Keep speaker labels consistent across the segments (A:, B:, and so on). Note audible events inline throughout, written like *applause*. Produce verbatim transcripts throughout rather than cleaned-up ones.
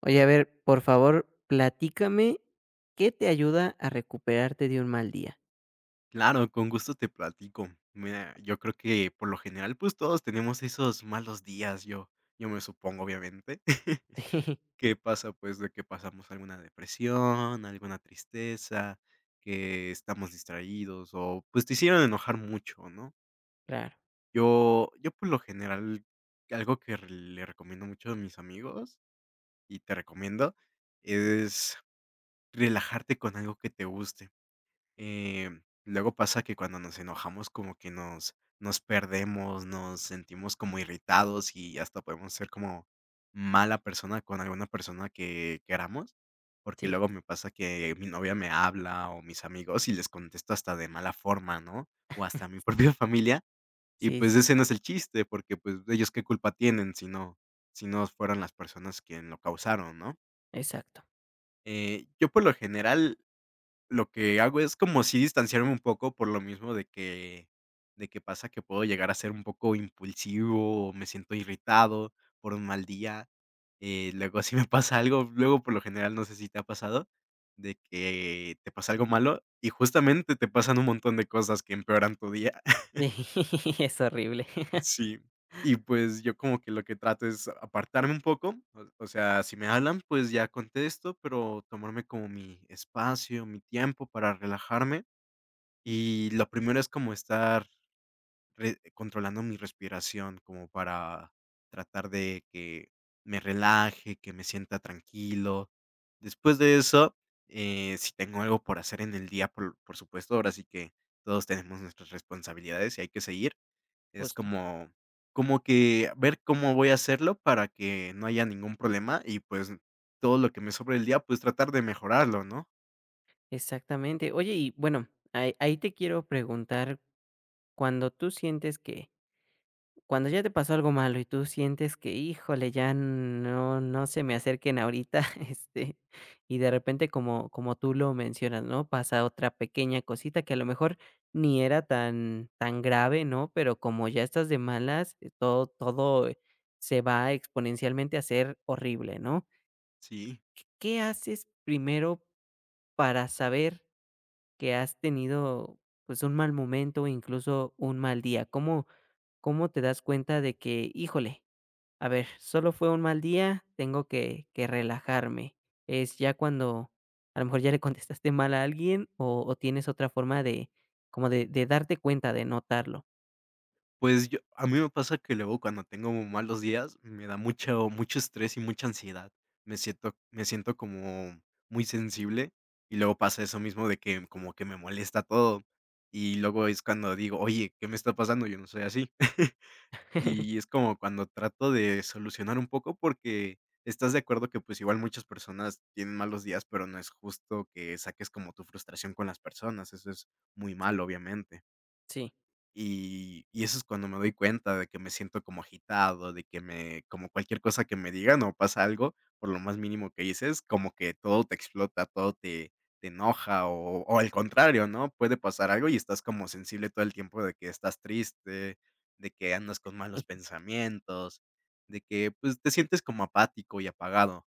A: Oye, a ver, por favor, platícame, ¿qué te ayuda a recuperarte de un mal día?
B: Claro, con gusto te platico. Mira, yo creo que por lo general, pues todos tenemos esos malos días, yo, yo me supongo, obviamente. *laughs*
A: *laughs* Sí,
B: ¿Qué pasa? Pues de que pasamos alguna depresión, alguna tristeza, que estamos distraídos o pues te hicieron enojar mucho, ¿no?
A: claro,
B: Yo, yo por lo general, algo que re- le recomiendo mucho a mis amigos y te recomiendo
A: okey,
B: es relajarte con algo que te guste eh, luego pasa que cuando nos enojamos como que nos nos perdemos, nos sentimos como irritados y hasta podemos ser como mala persona con alguna persona que queramos, porque
A: sí.
B: luego me pasa que mi novia me habla o mis amigos y les contesto hasta de mala forma, ¿no? O hasta a mi *laughs*
A: *laughs*
B: propia familia, y
A: Sí,
B: pues
A: sí, sí, sí,
B: ese no es el chiste, porque pues ellos qué culpa tienen si no si no fueran las personas quien lo causaron, ¿no?
A: exacto.
B: Eh, yo por lo general lo que hago es como sí distanciarme un poco por lo mismo de que de que pasa que puedo llegar a ser un poco impulsivo, o me siento irritado por un mal día. eh, luego si me *laughs* pasa algo, luego por lo general, no sé si te ha pasado, de que te pasa algo malo y justamente te pasan un montón de cosas que empeoran tu día. *laughs*
A: Sí, *laughs* es horrible. *laughs*
B: Sí, y pues yo como que lo que trato es apartarme un poco, o o sea, si me hablan, pues ya contesto, pero tomarme como mi espacio, mi tiempo para relajarme. Y lo primero es como estar re controlando mi respiración, como para tratar de que me relaje, que me sienta tranquilo. Después de eso, eh, si tengo algo por hacer en el día, por por supuesto, ahora sí que todos tenemos nuestras responsabilidades y hay que seguir. Es
A: Justo.
B: como como que ver cómo voy a hacerlo para que no haya ningún problema y, pues, todo lo que me sobre el día, pues, tratar de mejorarlo, ¿no?
A: Exactamente. Oye, y bueno, ahí ahí te quiero preguntar, cuando tú sientes que. Cuando ya te pasó algo malo y tú sientes que, híjole, ya no no se me acerquen ahorita, *laughs* este, y de repente, como como tú lo mencionas, ¿no? Pasa otra pequeña cosita que a lo mejor ni era tan tan grave, ¿no? Pero como ya estás de malas, eh, todo todo eh, se va exponencialmente a ser horrible, ¿no?
B: Sí.
A: ¿Qué haces primero para saber que has tenido, pues, un mal momento, o incluso un mal día? ¿Cómo cómo te das cuenta de que, híjole, a ver, solo fue un mal día, tengo que que relajarme? Es ya cuando a lo mejor ya le contestaste mal a alguien o o tienes otra forma de como de de darte cuenta, de notarlo.
B: Pues yo a mí me pasa que luego cuando tengo malos días, me da mucho mucho estrés y mucha ansiedad. Me siento me siento como muy sensible, y luego pasa eso mismo de que como que me molesta todo, y luego es cuando digo: "Oye, ¿qué me está pasando? Yo no soy así". *laughs*
A: *laughs*
B: Y es como cuando trato de solucionar un poco, porque estás de acuerdo que, pues, igual muchas personas tienen malos días, pero no es justo que saques como tu frustración con las personas, eso es muy malo,
A: Exacto.
B: obviamente.
A: Sí,
B: Y y eso es cuando me doy cuenta de que me siento como agitado, de que me como cualquier cosa que me digan o pasa algo, por lo más mínimo que dices, como que todo te explota, todo te te enoja o o al contrario, ¿no? Puede pasar algo y estás como sensible todo el tiempo de que estás triste, de que andas con malos pensamientos, de que, pues, te sientes como apático y apagado.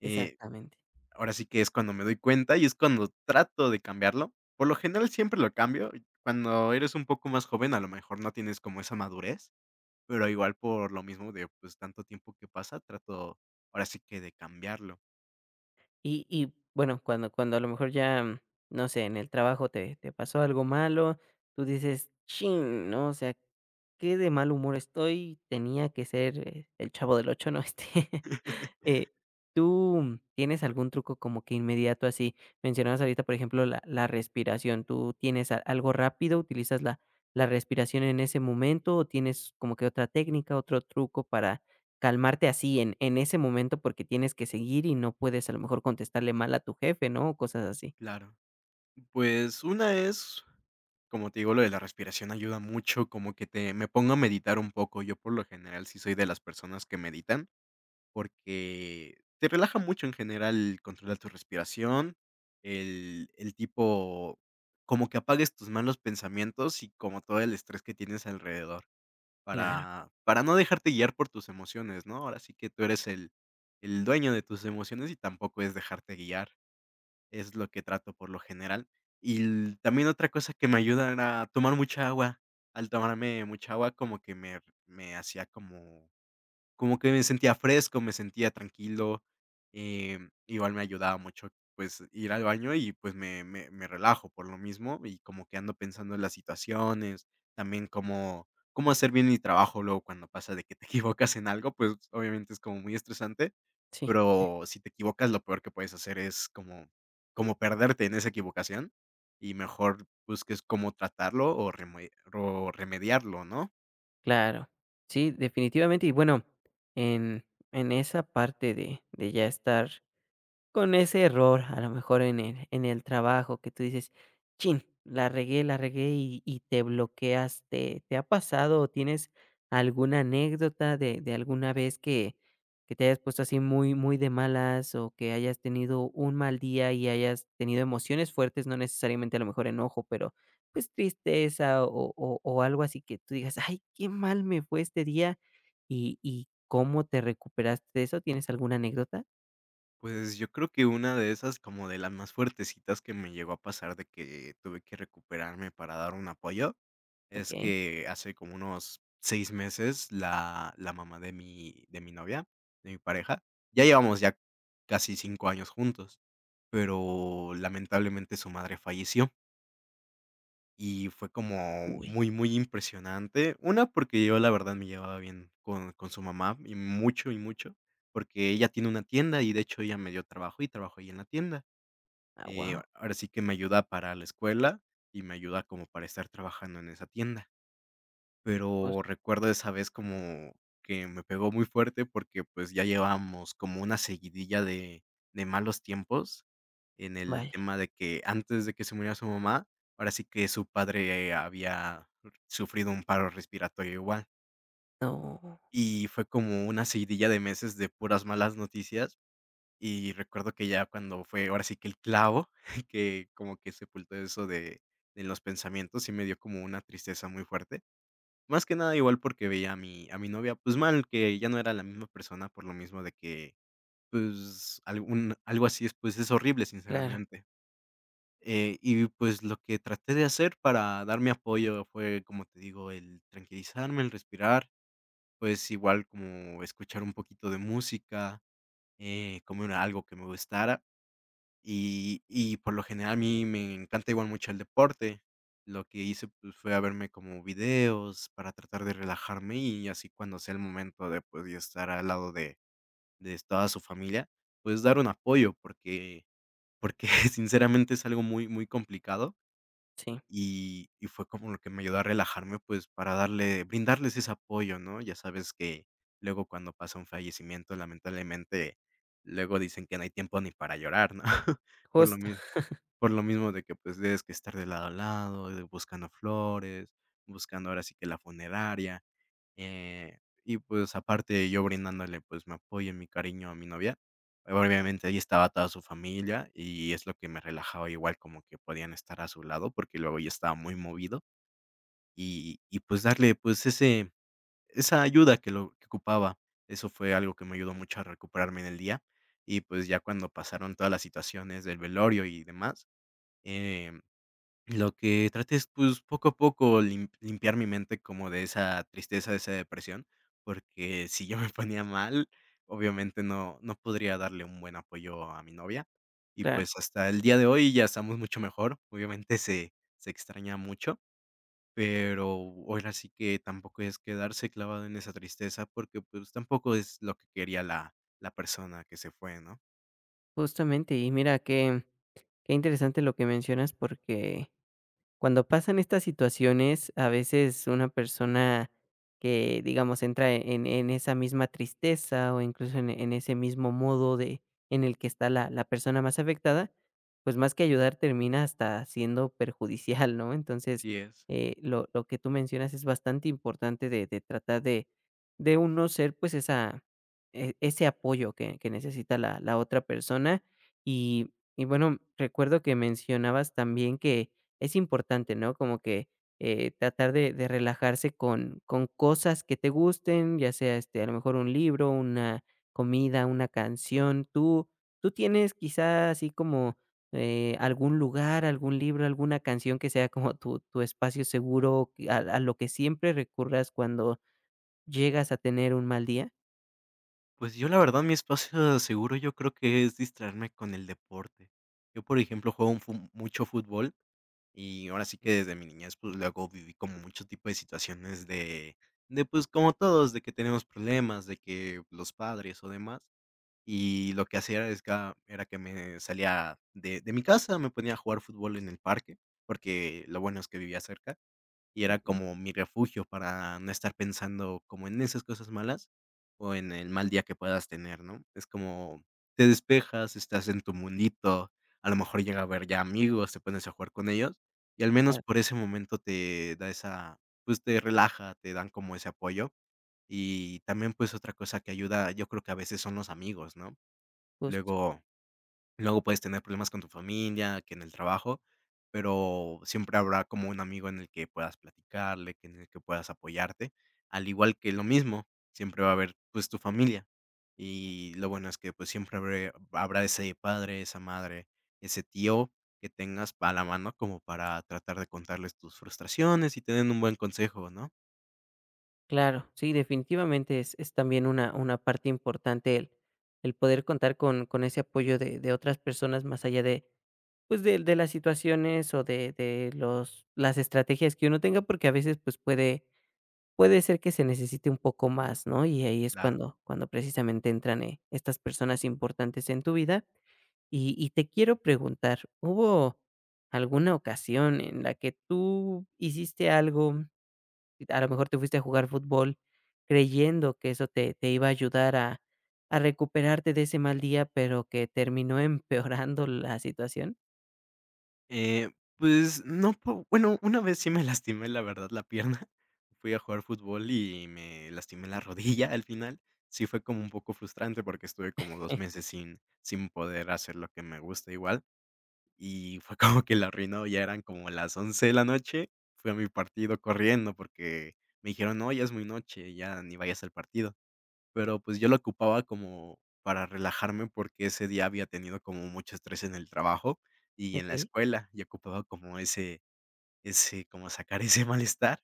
B: Eh
A: exactamente.
B: Ahora sí que es cuando me doy cuenta y es cuando trato de cambiarlo. Por lo general siempre lo cambio. Cuando eres un poco más joven, a lo mejor no tienes como esa madurez, pero igual por lo mismo de pues tanto tiempo que pasa, trato ahora sí que de cambiarlo.
A: Y y bueno, cuando cuando a lo mejor ya, mm, no sé, en el trabajo te te pasó algo malo, tú dices: "Chin", ¿no? O sea, qué de mal humor estoy, tenía que ser, eh, el Chavo del Ocho, ¿no? *laughs* Este.
B: *laughs*
A: Eh, ¿tú tienes algún truco como que inmediato así? Mencionabas ahorita, por ejemplo, la la respiración, ¿tú tienes a algo rápido? ¿Utilizas la la respiración en ese momento o tienes como que otra técnica, otro truco para calmarte así en en ese momento? Porque tienes que seguir y no puedes a lo mejor contestarle mal a tu jefe, ¿no? O cosas así.
B: Claro. Pues una es, como te digo, lo de la respiración ayuda mucho, como que te me pongo a meditar un poco. Yo por lo general sí soy de las personas que meditan. Porque te relaja mucho en general controlar tu respiración, el el tipo como que apagues tus malos pensamientos y como todo el estrés que tienes alrededor
A: Claro.
B: para para no dejarte guiar por tus emociones, ¿no? Ahora sí que tú eres el el dueño de tus emociones y tampoco es dejarte guiar, es lo que trato por lo general. Y l también otra cosa que me ayuda era tomar mucha agua. Al tomarme mucha agua como que me me hacía como como que me sentía fresco, me sentía tranquilo, em, igual me ayudaba mucho, pues, ir al baño y, pues, me me me relajo por lo mismo, y como que ando pensando en las situaciones, también cómo cómo hacer bien mi trabajo luego cuando pasa de que te *laughs* equivocas en algo, pues, obviamente es como muy estresante,
A: Sí,
B: pero si te equivocas, lo peor que puedes hacer es como como perderte en esa equivocación, y mejor busques cómo tratarlo o remue o remediarlo, ¿no?
A: claro. Sí, definitivamente. Y bueno, en en esa parte de de ya estar. Con ese error, a lo mejor en el en el trabajo que tú dices: "Chin, la regué, la regué", y y te bloqueas, ¿te te ha pasado o tienes alguna anécdota de de alguna vez que que te hayas puesto así muy muy de malas o que hayas tenido un mal día y hayas tenido emociones fuertes? No necesariamente a lo mejor enojo, pero, pues, tristeza o o o algo así que tú digas: "Ay, qué mal me fue este día". ¿Y y cómo te recuperaste de eso? ¿Tienes alguna anécdota?
B: Pues, yo creo que una de esas, como de las más fuertecitas que me llegó a pasar de que tuve que recuperarme para dar un apoyo, es
A: Okey.
B: que hace como unos seis meses la la mamá de mi de mi novia, de mi pareja, ya llevamos ya casi cinco años juntos, pero lamentablemente su madre falleció. Y fue como
A: Uy.
B: muy, muy impresionante. Una, porque yo la verdad me llevaba bien con, con su mamá, y mucho, y mucho, porque ella tiene una tienda y de hecho ella me dio trabajo y trabajo ahí en la tienda.
A: Ah,
B: Eh,
A: wow.
B: ahora sí que me ayuda para la escuela y me ayuda como para estar trabajando en esa tienda. Pero
A: Justo,
B: recuerdo esa vez como que me pegó muy fuerte porque, pues, ya llevábamos como una seguidilla de de malos tiempos en el
A: vaya.
B: tema de que antes de que se muriera su mamá, ahora sí que su padre había sufrido un paro respiratorio igual.
A: No,
B: Y fue como una seguidilla de meses de puras malas noticias, y recuerdo que ya cuando fue ahora sí que el clavo *laughs* que como que sepultó eso de de los pensamientos, sí me dio como una tristeza muy fuerte. Más que nada igual porque veía a mi a mi novia, pues, mal, que ya no era la misma persona por lo mismo de que, pues, algún algo así es, pues, es horrible,
A: claro,
B: sinceramente. Eh, y, pues, lo que traté de hacer para darme apoyo fue, como te digo, el tranquilizarme, el respirar, pues, igual como escuchar un poquito de música, eh, comer algo que me gustara. Y y por lo general, a mí me encanta igual mucho el deporte. Lo que hice, pues, fue a verme como videos para tratar de relajarme, y así cuando sea el momento de, pues, yo estar al lado de de toda su familia, pues, dar un apoyo, porque porque *laughs* sinceramente es algo muy, muy complicado,
A: sí,
B: y y fue como lo que me ayudó a relajarme, pues, para darle brindarles ese apoyo, ¿no? Ya sabes que luego cuando pasa un fallecimiento, lamentablemente, luego dicen que no hay tiempo ni para llorar, ¿no? *laughs* Por lo
A: justo,
B: mis por lo mismo de que, pues, tienes que estar de lado a lado, de buscando flores, buscando ahora sí que la funeraria, eh, y, pues, aparte yo brindándole, pues, mi apoyo y mi cariño a mi novia. Obviamente ahí estaba toda su familia y es lo que me relajaba igual como que podían estar a su lado, porque luego yo estaba muy movido y y, pues, darle, pues, ese esa ayuda que lo que ocupaba. Eso fue algo que me ayudó mucho a recuperarme en el día y, pues, ya cuando pasaron todas las situaciones del velorio y demás, eh lo que traté es, pues, poco a poco lim limpiar mi mente como de esa tristeza, de esa depresión, porque si yo me *laughs* ponía mal, obviamente no no podría darle un buen apoyo a mi novia. Y,
A: claro,
B: pues, hasta el día de hoy ya estamos mucho mejor. Obviamente se se extraña mucho, pero ahora sí que tampoco es quedarse clavado en esa tristeza porque, pues, tampoco es lo que quería la la persona que se fue, ¿no?
A: justamente. Y mira qué qué interesante lo que mencionas porque. Cuando pasan estas situaciones, a veces una persona que, digamos, entra en, en esa misma tristeza o incluso en, en ese mismo modo de, en el que está la, la persona más afectada, pues más que ayudar termina hasta siendo perjudicial, ¿no? Entonces,
B: Sí es.
A: eh, lo, lo que tú mencionas es bastante importante de, de tratar de, de uno ser pues esa, e- ese apoyo que, que necesita la, la otra persona. Y, y bueno, recuerdo que mencionabas también que es importante, ¿no? Como que, eh, tratar de de relajarse con con cosas que te gusten, ya sea, este, a lo mejor un libro, una comida, una canción. ¿Tú tú tienes quizá así como, eh, algún lugar, algún libro, alguna canción que sea como tu tu espacio seguro, que a a lo que siempre recurras cuando llegas a tener un mal día?
B: Pues yo la verdad mi espacio seguro yo creo que es distraerme con el deporte. Yo, por ejemplo, juego un fu- mucho fútbol y ahora sí que
A: Okey,
B: desde mi niñez pues luego viví como mucho tipo de situaciones de, de pues como todos, de que tenemos problemas, de que los padres o demás. Y lo que hacía es que era que me salía de, de mi casa, me ponía a jugar fútbol en el parque, porque lo bueno es que vivía cerca. Y era
A: okey,
B: como mi refugio para no estar pensando como en esas cosas malas o en el mal día que puedas tener, ¿no? Es como te despejas, estás en tu mundito, a lo mejor llega a ver ya amigos, te pones a jugar con ellos y al menos
A: claro,
B: por ese momento te da esa, pues te relaja, te dan como ese apoyo. Y también pues otra cosa que ayuda, yo creo que a veces son los amigos, ¿no?
A: justo.
B: Luego Luego puedes tener problemas con tu familia, que en el trabajo, pero siempre habrá como un amigo en el que puedas platicarle, que en el que puedas apoyarte, al igual que lo mismo, siempre va a haber, pues, tu familia. Y lo bueno es que, pues, siempre habré habrá ese padre, esa madre, ese tío que tengas a la mano como para tratar de contarles tus frustraciones y tener un buen consejo, ¿no?
A: Claro, sí, definitivamente es, es también una, una parte importante el, el poder contar con, con ese apoyo de, de otras personas más allá de, pues de, de las situaciones o de, de los, las estrategias que uno tenga, porque a veces pues puede, puede ser que se necesite un poco más, ¿no? Y ahí es
B: Claro.
A: cuando, cuando precisamente entran eh, estas personas importantes en tu vida. Y, y te quiero preguntar, ¿hubo alguna ocasión en la que tú hiciste algo? Y a lo mejor te fuiste a jugar fútbol creyendo que eso te te iba a ayudar a a recuperarte de ese mal día, pero que terminó *laughs* empeorando la situación.
B: Eh, pues no, po bueno, una vez sí me lastimé, la verdad, la pierna. *laughs* Fui a jugar fútbol y me lastimé la rodilla al final. Sí fue como un poco frustrante porque estuve como dos meses sin sin poder hacer lo que me gusta igual, y fue *laughs* como que la arruinó, ya eran como las once de la noche, fui a mi partido corriendo porque me dijeron: "No, ya es muy noche, ya ni vayas al partido". Pero, pues, yo lo ocupaba como para relajarme, porque ese día había tenido como mucho estrés en el trabajo y en la
A: Okey,
B: escuela, y ocupaba como ese ese como sacar ese *laughs* malestar,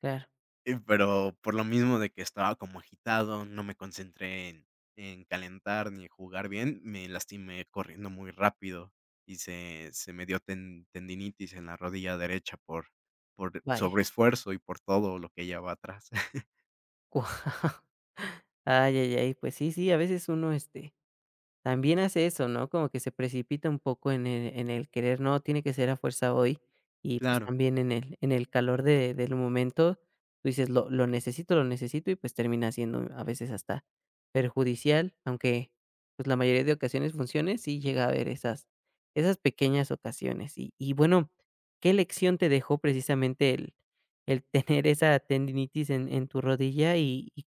A: claro,
B: eh, pero por lo mismo de que estaba como agitado, no me concentré en en calentar ni en jugar bien, me lastimé corriendo muy rápido y se se me dio ten tendinitis en la rodilla derecha por por
A: vaya.
B: sobreesfuerzo y por todo lo que llevaba atrás. *laughs*
A: *laughs* Guau. Ay, ay, ay, pues sí, sí, a veces uno, este. También hace eso, ¿no? Como que se precipita un poco en el en el querer, no, tiene que ser a fuerza hoy, y pues
B: Claro.
A: también en el en el calor de del momento, tú dices: "Lo lo necesito, lo necesito", y pues termina siendo a veces hasta perjudicial, aunque, pues, la mayoría de ocasiones funcione, sí llega a haber esas esas pequeñas ocasiones. Y y bueno, ¿qué lección te dejó precisamente el el tener esa tendinitis en en tu rodilla y y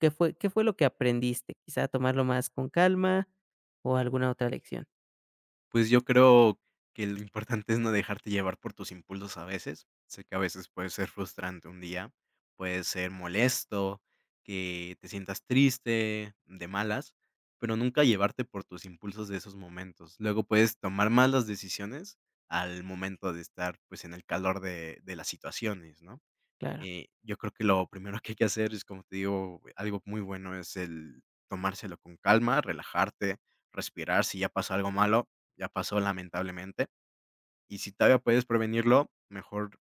A: ¿Qué fue qué fue lo que aprendiste? Quizá tomarlo más con calma o alguna otra lección.
B: Pues yo creo que lo importante es no dejarte llevar por tus impulsos a veces. Sé que a veces puede ser frustrante un día, puede ser molesto, que te sientas triste, de malas, pero nunca llevarte por tus impulsos de esos momentos. Luego puedes tomar malas decisiones al momento de estar pues en el calor de, de las situaciones, ¿no?
A: Claro,
B: Eh, yo creo que lo primero que hay que hacer es, como te digo, algo muy bueno es el tomárselo con calma, relajarte, respirar. Si ya pasó algo malo, ya pasó lamentablemente. Y si todavía puedes prevenirlo, mejor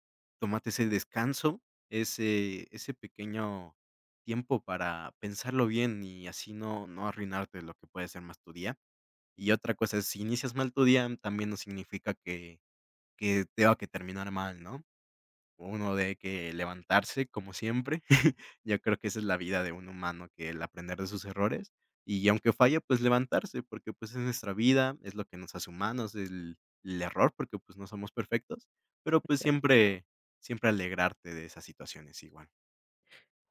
B: tómate ese descanso, ese, ese pequeño tiempo para pensarlo bien y así no, no arruinarte lo que puede ser más tu día. Y otra cosa es, si inicias mal tu día, también no significa que, que tenga que terminar mal, ¿no? Uno de que levantarse como siempre. *laughs* Yo creo que esa es la vida de un humano, que el aprender de sus errores y aunque falle, pues levantarse, porque, pues, es nuestra vida, es lo que nos hace humanos, el el error, porque, pues, no somos perfectos, pero, pues,
A: exacto.
B: siempre siempre alegrarte de esas situaciones igual.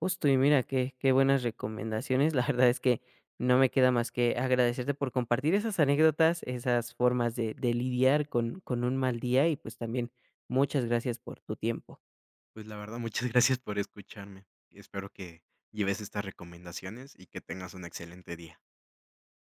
A: Justo, y mira, qué qué buenas recomendaciones. *laughs* La verdad es que no me queda más que agradecerte por compartir esas anécdotas, esas formas de de lidiar con con un mal día y, pues, también muchas gracias por tu tiempo.
B: Pues, la verdad, muchas *laughs* gracias por escucharme. Espero que lleves estas recomendaciones y que tengas un excelente día.